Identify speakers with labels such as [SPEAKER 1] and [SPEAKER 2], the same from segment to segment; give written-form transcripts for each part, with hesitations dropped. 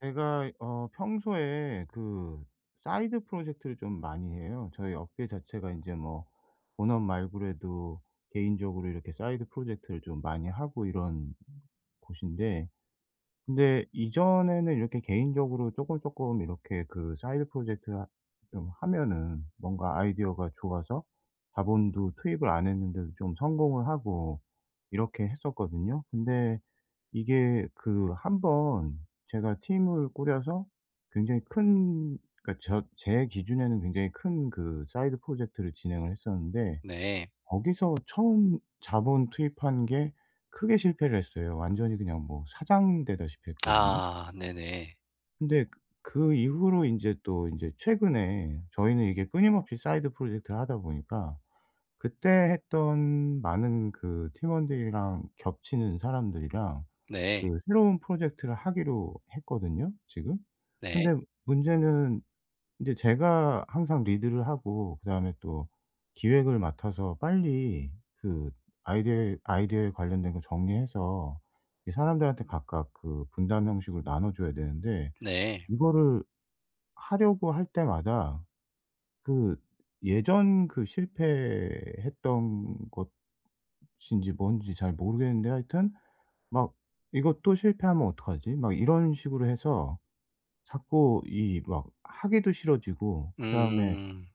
[SPEAKER 1] 제가 평소에 사이드 프로젝트를 좀 많이 해요. 저희 업계 자체가 이제 본업 말고라도 개인적으로 이렇게 사이드 프로젝트를 좀 많이 하고 이런 곳인데, 근데 이전에는 이렇게 개인적으로 조금 이렇게 사이드 프로젝트 하 좀 하면은 뭔가 아이디어가 좋아서 자본도 투입을 안 했는데도 좀 성공을 하고 이렇게 했었거든요. 근데 이게 한번 제가 팀을 꾸려서 굉장히 큰, 그러니까 제 기준에는 굉장히 큰 그 사이드 프로젝트를 진행을 했었는데,
[SPEAKER 2] 네.
[SPEAKER 1] 거기서 처음 자본 투입한 게 크게 실패를 했어요. 완전히 그냥 사장되다시피 했거든요.
[SPEAKER 2] 아, 네네.
[SPEAKER 1] 근데 그 이후로 인제 또 인제 최근에 저희는 이게 끊임없이 사이드 프로젝트를 하다 보니까 그때 했던 많은 그 팀원들이랑 겹치는 사람들이랑
[SPEAKER 2] 네.
[SPEAKER 1] 그 새로운 프로젝트를 하기로 했거든요 지금.
[SPEAKER 2] 네.
[SPEAKER 1] 근데 문제는 인제 제가 항상 리드를 하고 그다음에 또 기획을 맡아서 빨리 그 아이디어에 관련된 거 정리해서 이 사람들한테 각각 그 분담 형식으로 나눠 줘야 되는데,
[SPEAKER 2] 네.
[SPEAKER 1] 이거를 하려고 할 때마다 그 예전 그 실패했던 것인지 뭔지 잘 모르겠는데, 하여튼 막 '이거 또 실패하면 어떡하지?' 막 이런 식으로 해서 자꾸 이 막 하기도 싫어지고, 그다음에
[SPEAKER 2] 음.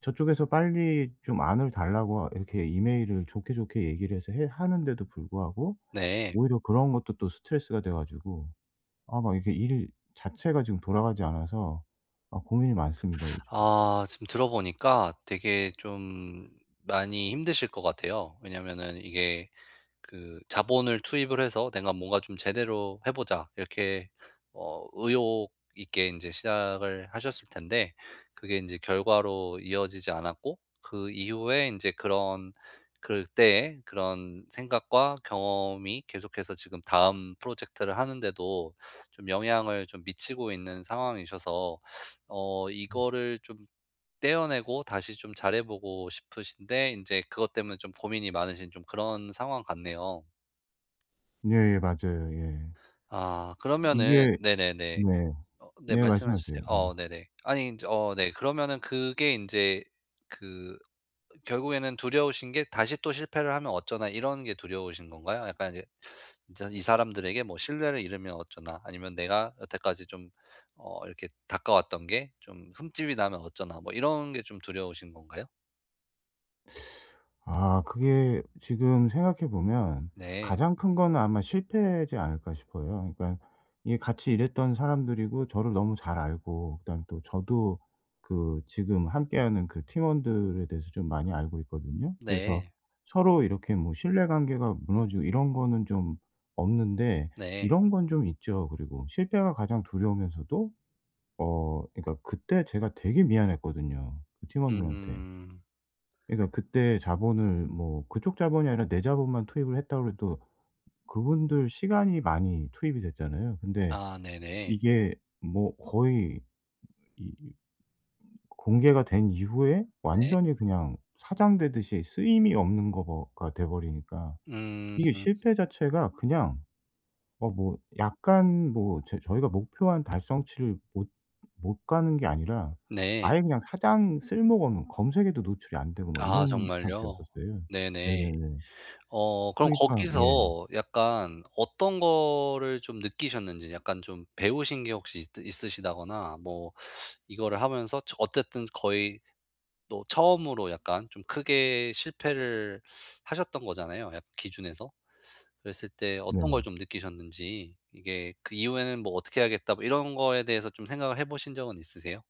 [SPEAKER 1] 저쪽에서 빨리 좀 안을 달라고 이렇게 이메일을 좋게 좋게 얘기를 해서 해 하는데도 불구하고
[SPEAKER 2] 네.
[SPEAKER 1] 오히려 그런 것도 또 스트레스가 돼 가지고, 아 막 이게 일 자체가 지금 돌아가지 않아서 아 고민이 많습니다 요즘.
[SPEAKER 2] 아, 지금 들어 보니까 되게 좀 많이 힘드실 것 같아요. 왜냐면은 이게 그 자본을 투입을 해서 '내가 뭔가 좀 제대로 해 보자.' 이렇게 의욕 있게 이제 시작을 하셨을 텐데, 그게 이제 결과로 이어지지 않았고, 그 이후에 이제 그런 그때의 그런 생각과 경험이 계속해서 지금 다음 프로젝트를 하는데도 좀 영향을 좀 미치고 있는 상황이셔서, 이거를 좀 떼어내고 다시 좀 잘해보고 싶으신데 인제 그것 때문에 좀 고민이 많으신, 좀 그런 상황 같네요.
[SPEAKER 1] 예예. 맞아요. 예.
[SPEAKER 2] 아, 그러면은
[SPEAKER 1] 이게
[SPEAKER 2] 네네네.
[SPEAKER 1] 네.
[SPEAKER 2] 네,
[SPEAKER 1] 네
[SPEAKER 2] 말씀해
[SPEAKER 1] 말씀하세요.
[SPEAKER 2] 주세요.
[SPEAKER 1] 예.
[SPEAKER 2] 네네. 아니 인제 네, 그러면은 그게 인제 그 결국에는 두려우신 게 '다시 또 실패를 하면 어쩌나.' 이런 게 두려우신 건가요? 약간 이제 진짜 '이 사람들에게 뭐 신뢰를 잃으면 어쩌나.' 아니면 '내가 여태까지 좀 이렇게 닦아왔던 게 좀 흠집이 나면 어쩌나.' 뭐 이런 게 좀 두려우신 건가요?
[SPEAKER 1] 아 그게 지금 생각해 보면
[SPEAKER 2] 네.
[SPEAKER 1] 가장 큰 건 아마 실패지 않을까 싶어요. 그러니까 이게 같이 일했던 사람들이고, 저를 너무 잘 알고, 그다음에 또 저도 지금 함께하는 그 팀원들에 대해서 좀 많이 알고 있거든요. 그래서
[SPEAKER 2] 네.
[SPEAKER 1] 서로 이렇게 뭐 신뢰관계가 무너지고 이런 거는 좀 없는데,
[SPEAKER 2] 네.
[SPEAKER 1] 이런 건 좀 있죠. 그리고 실패가 가장 두려우면서도, 그러니까 그때 제가 되게 미안했거든요, 그 팀원들한테.
[SPEAKER 2] 음.
[SPEAKER 1] 그러니까 그때 자본을 뭐 그쪽 자본이 아니라 내 자본만 투입을 했다고 해도 그분들 시간이 많이 투입이 됐잖아요. 근데
[SPEAKER 2] 아, 네네.
[SPEAKER 1] 이게 뭐 거의 이 공개가 된 이후에
[SPEAKER 2] 네.
[SPEAKER 1] 완전히 그냥 사장되듯이 쓰임이 없는 거가 돼 버리니까,
[SPEAKER 2] 음.
[SPEAKER 1] 이게 실패 자체가 그냥 뭐 약간 뭐 제 저희가 목표한 달성치를 못 가는 게 아니라
[SPEAKER 2] 네.
[SPEAKER 1] 아예 그냥 사장 쓸모가 없는, 검색에도 노출이 안 되고 막
[SPEAKER 2] 아,
[SPEAKER 1] 이런
[SPEAKER 2] 정말요?
[SPEAKER 1] 상태였었어요.
[SPEAKER 2] 네네.
[SPEAKER 1] 네네네.
[SPEAKER 2] 그럼
[SPEAKER 1] 그러니까 예.
[SPEAKER 2] 거기서 약간 어떤 거를 좀 느끼셨는지, 약간 좀 배우신 게 혹시 있 있으시다거나 뭐, 이거를 하면서 저 어쨌든 거의 또 처음으로 약간 좀 크게 실패를 하셨던 거잖아요, 약간 기준에서. 그랬을 때 어떤 걸
[SPEAKER 1] 네네.
[SPEAKER 2] 좀 느끼셨는지, 이게 '그 이후에는 뭐 어떻게 해야겠다.' 뭐 이런 거에 대해서 좀 생각을 해 보신 적은 있으세요?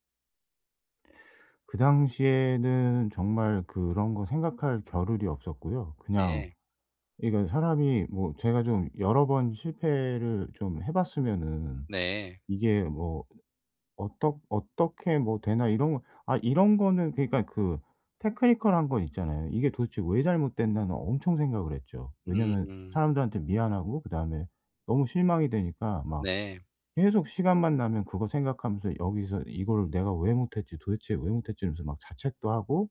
[SPEAKER 1] 그 당시에는 정말 그런 거 생각할 겨를이 없었고요. 그냥
[SPEAKER 2] 네.
[SPEAKER 1] 이게 사람이 뭐 제가 좀 여러 번 실패를 좀 해 봤으면은
[SPEAKER 2] 네.
[SPEAKER 1] 이게 뭐 '어떻게 뭐 되나.' 이런 거 아 이런 거는 그러니까 테크니컬한 건 있잖아요. '이게 도대체 왜 잘못됐나.'는 엄청 생각을 했죠. 왜냐면
[SPEAKER 2] 음.
[SPEAKER 1] 사람들한테 미안하고 그다음에 너무 실망이 되니까 막
[SPEAKER 2] 네.
[SPEAKER 1] 계속 시간만 나면 그거 생각하면서 '여기서 이걸 내가 왜 못했지? 도대체 왜 못했지?' 이러면서 막 자책도 하고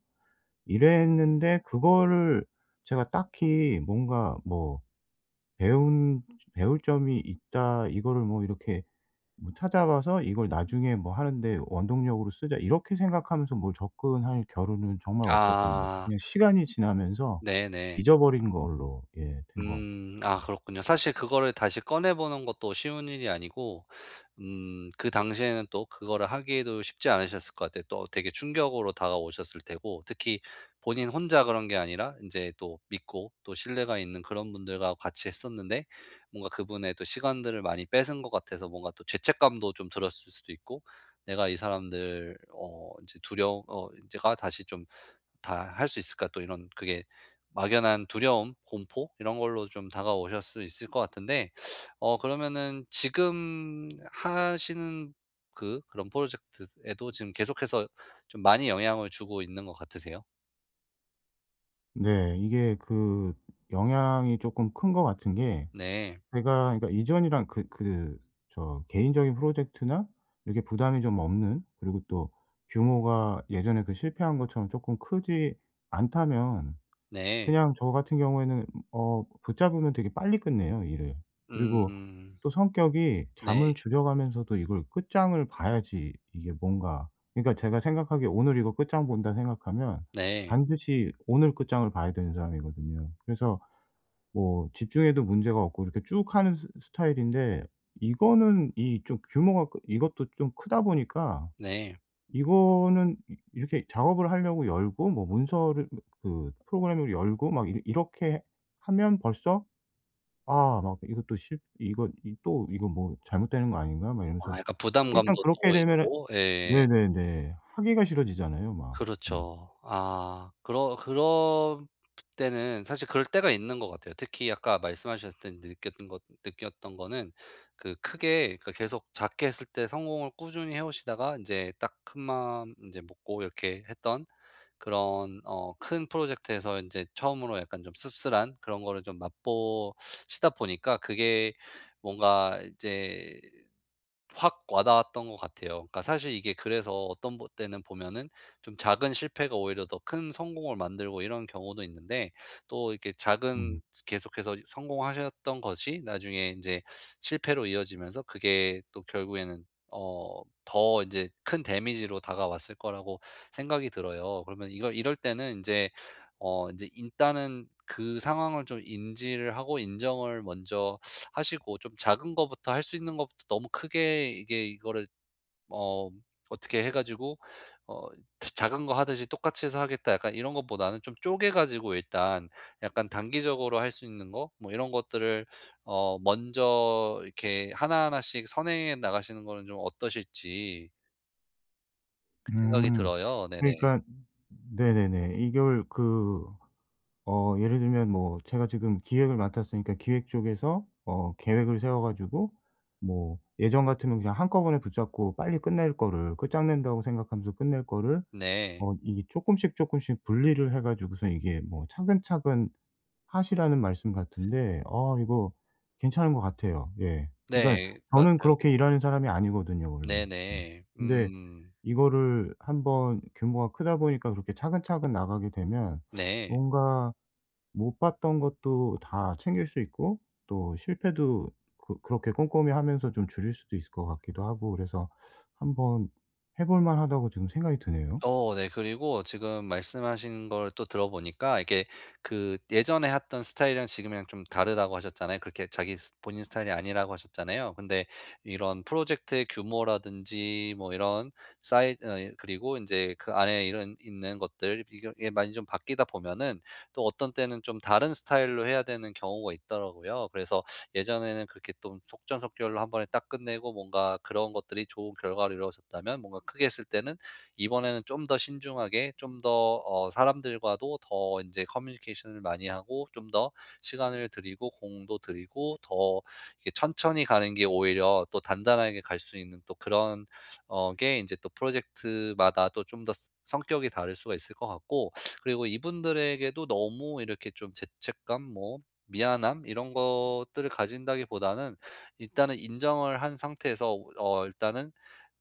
[SPEAKER 1] 이랬는데, 그거를 제가 딱히 뭔가 뭐 배운 배울 점이 있다 이거를 뭐 이렇게 뭐 찾아봐서 '이걸 나중에 뭐 하는데 원동력으로 쓰자.' 이렇게 생각하면서 뭘 접근할 겨루는 정말 없었던 것 같아요.
[SPEAKER 2] 아.
[SPEAKER 1] 그냥 시간이 지나면서
[SPEAKER 2] 네네.
[SPEAKER 1] 잊어버린 걸로 예 된 것 같아요.
[SPEAKER 2] 음. 아, 그렇군요. 사실 그거를 다시 꺼내 보는 것도 쉬운 일이 아니고 그 당시에는 또 그거를 하기에도 쉽지 않으셨을 것 같아요. 또 되게 충격으로 다가오셨을 테고, 특히 본인 혼자 그런 게 아니라 이제 또 믿고 또 신뢰가 있는 그런 분들과 같이 했었는데 뭔가 그분의 또 시간들을 많이 뺏은 것 같아서 뭔가 또 죄책감도 좀 들었을 수도 있고, '내가 이 사람들 이제 두려워, 이제가 다시 좀 다 할 수 있을까?' 또 이런, 그게 막연한 두려움, 공포, 이런 걸로 좀 다가오실 수 있을 것 같은데, 그러면은 지금 하시는 그런 프로젝트에도 지금 계속해서 좀 많이 영향을 주고 있는 것 같으세요?
[SPEAKER 1] 네. 이게 그 영향이 조금 큰 것 같은 게,
[SPEAKER 2] 네.
[SPEAKER 1] 제가 그러니까 이전이랑 저 개인적인 프로젝트나 이렇게 부담이 좀 없는, 그리고 또 규모가 예전에 그 실패한 것처럼 쪼끔 크지 않다면
[SPEAKER 2] 네.
[SPEAKER 1] 그냥 저 같은 경우에는 붙잡으면 되게 빨리 끝내요, 일을. 그리고
[SPEAKER 2] 음.
[SPEAKER 1] 또 성격이
[SPEAKER 2] 네.
[SPEAKER 1] 잠을 줄여 가면서도 이걸 끝장을 봐야지, 이게 뭔가 그러니까 제가 생각하기에 '오늘 이거 끝장 본다.' 생각하면
[SPEAKER 2] 네.
[SPEAKER 1] 반드시 오늘 끝장을 봐야 되는 사람이거든요. 그래서 뭐 집중해도 문제가 없고 이렇게 쭉 하는 스 스타일인데, 이거는 이 좀 규모가 크 이것도 좀 크다 보니까
[SPEAKER 2] 네.
[SPEAKER 1] 이거는 이 이렇게 작업을 하려고 열고 뭐 문서를 그 프로그램을 열고 막 이 이렇게 하면 벌써 '아 막 이것도 실 이거 이 또 이거 뭐 잘못되는 거 아닌가?' 막
[SPEAKER 2] 아,
[SPEAKER 1] 이러면서,
[SPEAKER 2] 약간
[SPEAKER 1] 일단
[SPEAKER 2] 부담감도
[SPEAKER 1] 그렇게
[SPEAKER 2] 또
[SPEAKER 1] 되면은
[SPEAKER 2] 있고, 예.
[SPEAKER 1] 네네네. 하기가 싫어지잖아요 막. 예.
[SPEAKER 2] 그렇죠. 아, 그러 그럴 때는 사실 그럴 때가 있는 것 같아요. 특히 아까 말씀하셨을 때 느꼈던 거는 그 크게, 그러니까 계속 작게 했을 때 성공을 꾸준히 해 오시다가 이제 딱 큰 마음 이제 먹고 이렇게 했던 그런, 큰 프로젝트에서 이제 처음으로 약간 좀 씁쓸한 그런 거를 좀 맛보시다 보니까 그게 뭔가 이제 확 와닿았던 것 같아요. 그러니까 사실 이게 그래서 어떤 보 때는 보면은 좀 작은 실패가 오히려 더 큰 성공을 만들고 이런 경우도 있는데, 또 이렇게 작은,
[SPEAKER 1] 음.
[SPEAKER 2] 계속해서 성공하셨던 것이 나중에 이제 실패로 이어지면서 그게 또 결국에는 더 이제 큰 데미지로 다가왔을 거라고 생각이 들어요. 그러면 이걸 이럴 때는 이제 이제 일단은 그 상황을 좀 인지를 하고 인정을 먼저 하시고, 좀 작은 거부터 할 수 있는 것부터, 너무 크게 이게 이거를 어 어떻게 해 가지고, 어 자 작은 거 하듯이 똑같이 해서 하겠다 약간 이런 것보다는, 좀 쪼개 가지고 일단 약간 단기적으로 할 수 있는 거 뭐 이런 것들을 먼저 이렇게 하나하나씩 선행해 나가시는 거는 좀 어떠실지 생각이
[SPEAKER 1] 음.
[SPEAKER 2] 들어요. 네네.
[SPEAKER 1] 그러니까 네네네. 이걸 예를 들면 뭐 제가 지금 기획을 맡았으니까 기획 쪽에서 어 계획을 세워 가지고 뭐 예전 같으면 그냥 한꺼번에 붙잡고 빨리 끝낼 거를 끝장낸다고 생각하면서 끝낼 거를
[SPEAKER 2] 네.
[SPEAKER 1] 이게 쪼씩조금씩 분리를 해 가지고서 이게 뭐 차근차근 하시라는 말씀 같은데, 아 이거 괜찮은 것 같아요. 예. 그러니까
[SPEAKER 2] 네.
[SPEAKER 1] 저는 그렇게
[SPEAKER 2] 맞아요.
[SPEAKER 1] 일하는 사람이 아니거든요 원래. 음.
[SPEAKER 2] 네네.
[SPEAKER 1] 근데
[SPEAKER 2] 음.
[SPEAKER 1] 이거를 한번 규모가 크다 보니까 그렇게 차근차근 나가게 되면
[SPEAKER 2] 네.
[SPEAKER 1] 뭔가 못 봤던 것도 다 챙길 수 있고 또 실패도 그렇게 꼼꼼히 하면서 좀 줄일 수도 있을 것 같기도 하고, 그래서 한번 해볼 만하다고 지금 생각이 드네요.
[SPEAKER 2] 네. 그리고 지금 말씀하신 걸 또 들어보니까 이게 그 예전에 했던 스타일이랑 지금이랑 좀 다르다고 하셨잖아요. 그렇게 자기 스 본인 스타일이 아니라고 하셨잖아요. 근데 이런 프로젝트의 규모라든지 뭐 이런 사이 어 그리고 이제 그 안에 이런 있는 것들, 이게 많이 좀 바뀌다 보면은 또 어떤 때는 좀 다른 스타일로 해야 되는 경우가 있더라고요. 그래서 예전에는 그렇게 좀 속전속결로 한 번에 딱 끝내고 뭔가 그런 것들이 좋은 결과로 이루어졌다면, 뭔가 크게 했을 때는 이번에는 좀 더 신중하게, 좀 더 사람들과도 더 이제 커뮤니케이션을 많이 하고, 좀 더 시간을 드리고 공도 드리고, 더 이렇게 천천히 가는 게 오히려 또 단단하게 갈 수 있는, 또 그런 어 게 이제 또 프로젝트마다 또 좀 더 성격이 다를 수가 있을 것 같고, 그리고 이분들에게도 너무 이렇게 좀 죄책감, 뭐 미안함, 이런 것들을 가진다기보다는 일단은 인정을 한 상태에서, 일단은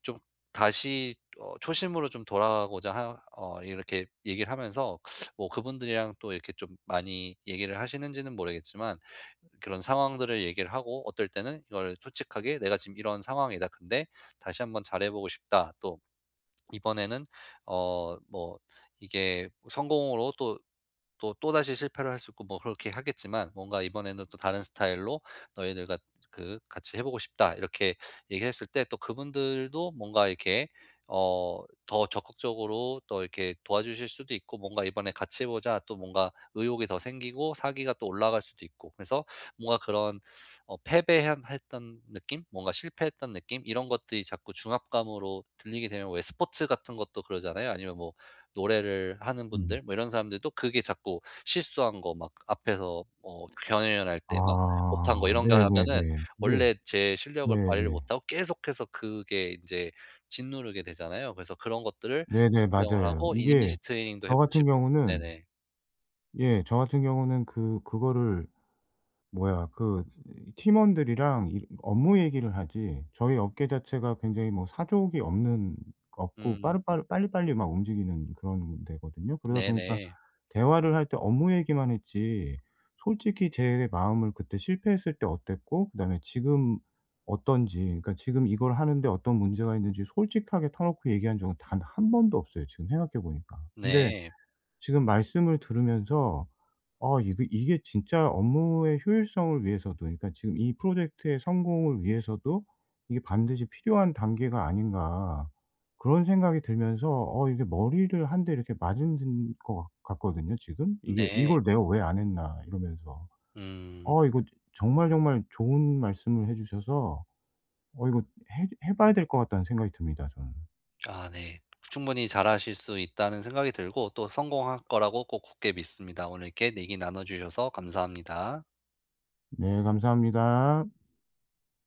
[SPEAKER 2] 좀 다시 초심으로 좀 돌아가고자, 하 어 이렇게 얘기를 하면서, 뭐 그분들이랑 또 이렇게 좀 많이 얘기를 하시는지는 모르겠지만, 그런 상황들을 얘기를 하고, 어떨 때는 이걸 솔직하게 "내가 지금 이런 상황이다. 근데 다시 한번 잘해 보고 싶다." 또 이번에는 뭐 이게 성공으로 또, 또 또다시 실패를 할 수 있고 뭐 그렇게 하겠지만, 뭔가 이번에는 또 다른 스타일로 "너희들과 그 같이 해 보고 싶다." 이렇게 얘기했을 때, 또 그분들도 뭔가 이렇게 더 적극적으로 또 이렇게 도와주실 수도 있고, 뭔가 "이번에 같이 해 보자." 또 뭔가 의욕이 더 생기고 사기가 또 올라갈 수도 있고. 그래서 뭔가 그런 패배한, 했던 느낌? 뭔가 실패했던 느낌? 이런 것들이 자꾸 중압감으로 들리게 되면, 왜 스포츠 같은 것도 그러잖아요. 아니면 뭐 노래를 하는
[SPEAKER 1] 음.
[SPEAKER 2] 분들, 뭐 이런 사람들도 그게 자꾸 실수한 거 막 앞에서 경연할 때 막 못한 거
[SPEAKER 1] 아
[SPEAKER 2] 이런 거 하면은
[SPEAKER 1] 네네네. 이게
[SPEAKER 2] 원래 제 실력을 발휘를
[SPEAKER 1] 네예.
[SPEAKER 2] 못하고 계속해서 그게 이제 짓누르게 되잖아요. 그래서 그런 것들을
[SPEAKER 1] 네네
[SPEAKER 2] 인정을
[SPEAKER 1] 맞아요.
[SPEAKER 2] 하고
[SPEAKER 1] 이게
[SPEAKER 2] 이미지 트레이닝도 해
[SPEAKER 1] 저 같은
[SPEAKER 2] 보시고.
[SPEAKER 1] 경우는
[SPEAKER 2] 네네.
[SPEAKER 1] 예 저 같은 경우는 그 그거를 뭐야 팀원들이랑 일 업무 얘기를 하지, 저희 업계 자체가 굉장히 뭐 사족이 없는 없고
[SPEAKER 2] 음.
[SPEAKER 1] 빠르빠르 빨리빨리 막 움직이는 그런 데거든요. 그러다 보니까
[SPEAKER 2] 네네.
[SPEAKER 1] 대화를 할 때 업무 얘기만 했지 솔직히 제 마음을, 그때 실패했을 때 어땠고 그다음에 지금 어떤지, 그러니까 지금 이걸 하는데 어떤 문제가 있는지 솔직하게 터놓고 얘기한 적은 단 한 번도 없어요 지금 생각해 보니까. 근데
[SPEAKER 2] 네.
[SPEAKER 1] 지금 말씀을 들으면서 아이 이게 진짜 업무의 효율성을 위해서도, 그러니까 지금 이 프로젝트의 성공을 위해서도 이게 반드시 필요한 단계가 아닌가 그런 생각이 들면서, 이게 머리를 한 대 이렇게 맞은 것 같 같거든요 지금. 이게
[SPEAKER 2] 네.
[SPEAKER 1] '이걸 내가 왜 안 했나.' 이러면서.
[SPEAKER 2] 음.
[SPEAKER 1] 어 이거 정말, 정말 좋은 말씀을 해 주셔서 어 이거 해 봐야 될 것 같다는 생각이 듭니다 저는.
[SPEAKER 2] 아, 네. 충분히 잘하실 수 있다는 생각이 들고 또 성공할 거라고 꼭 굳게 믿습니다. 오늘 이렇게 얘기 나눠 주셔서 감사합니다.
[SPEAKER 1] 네 감사합니다.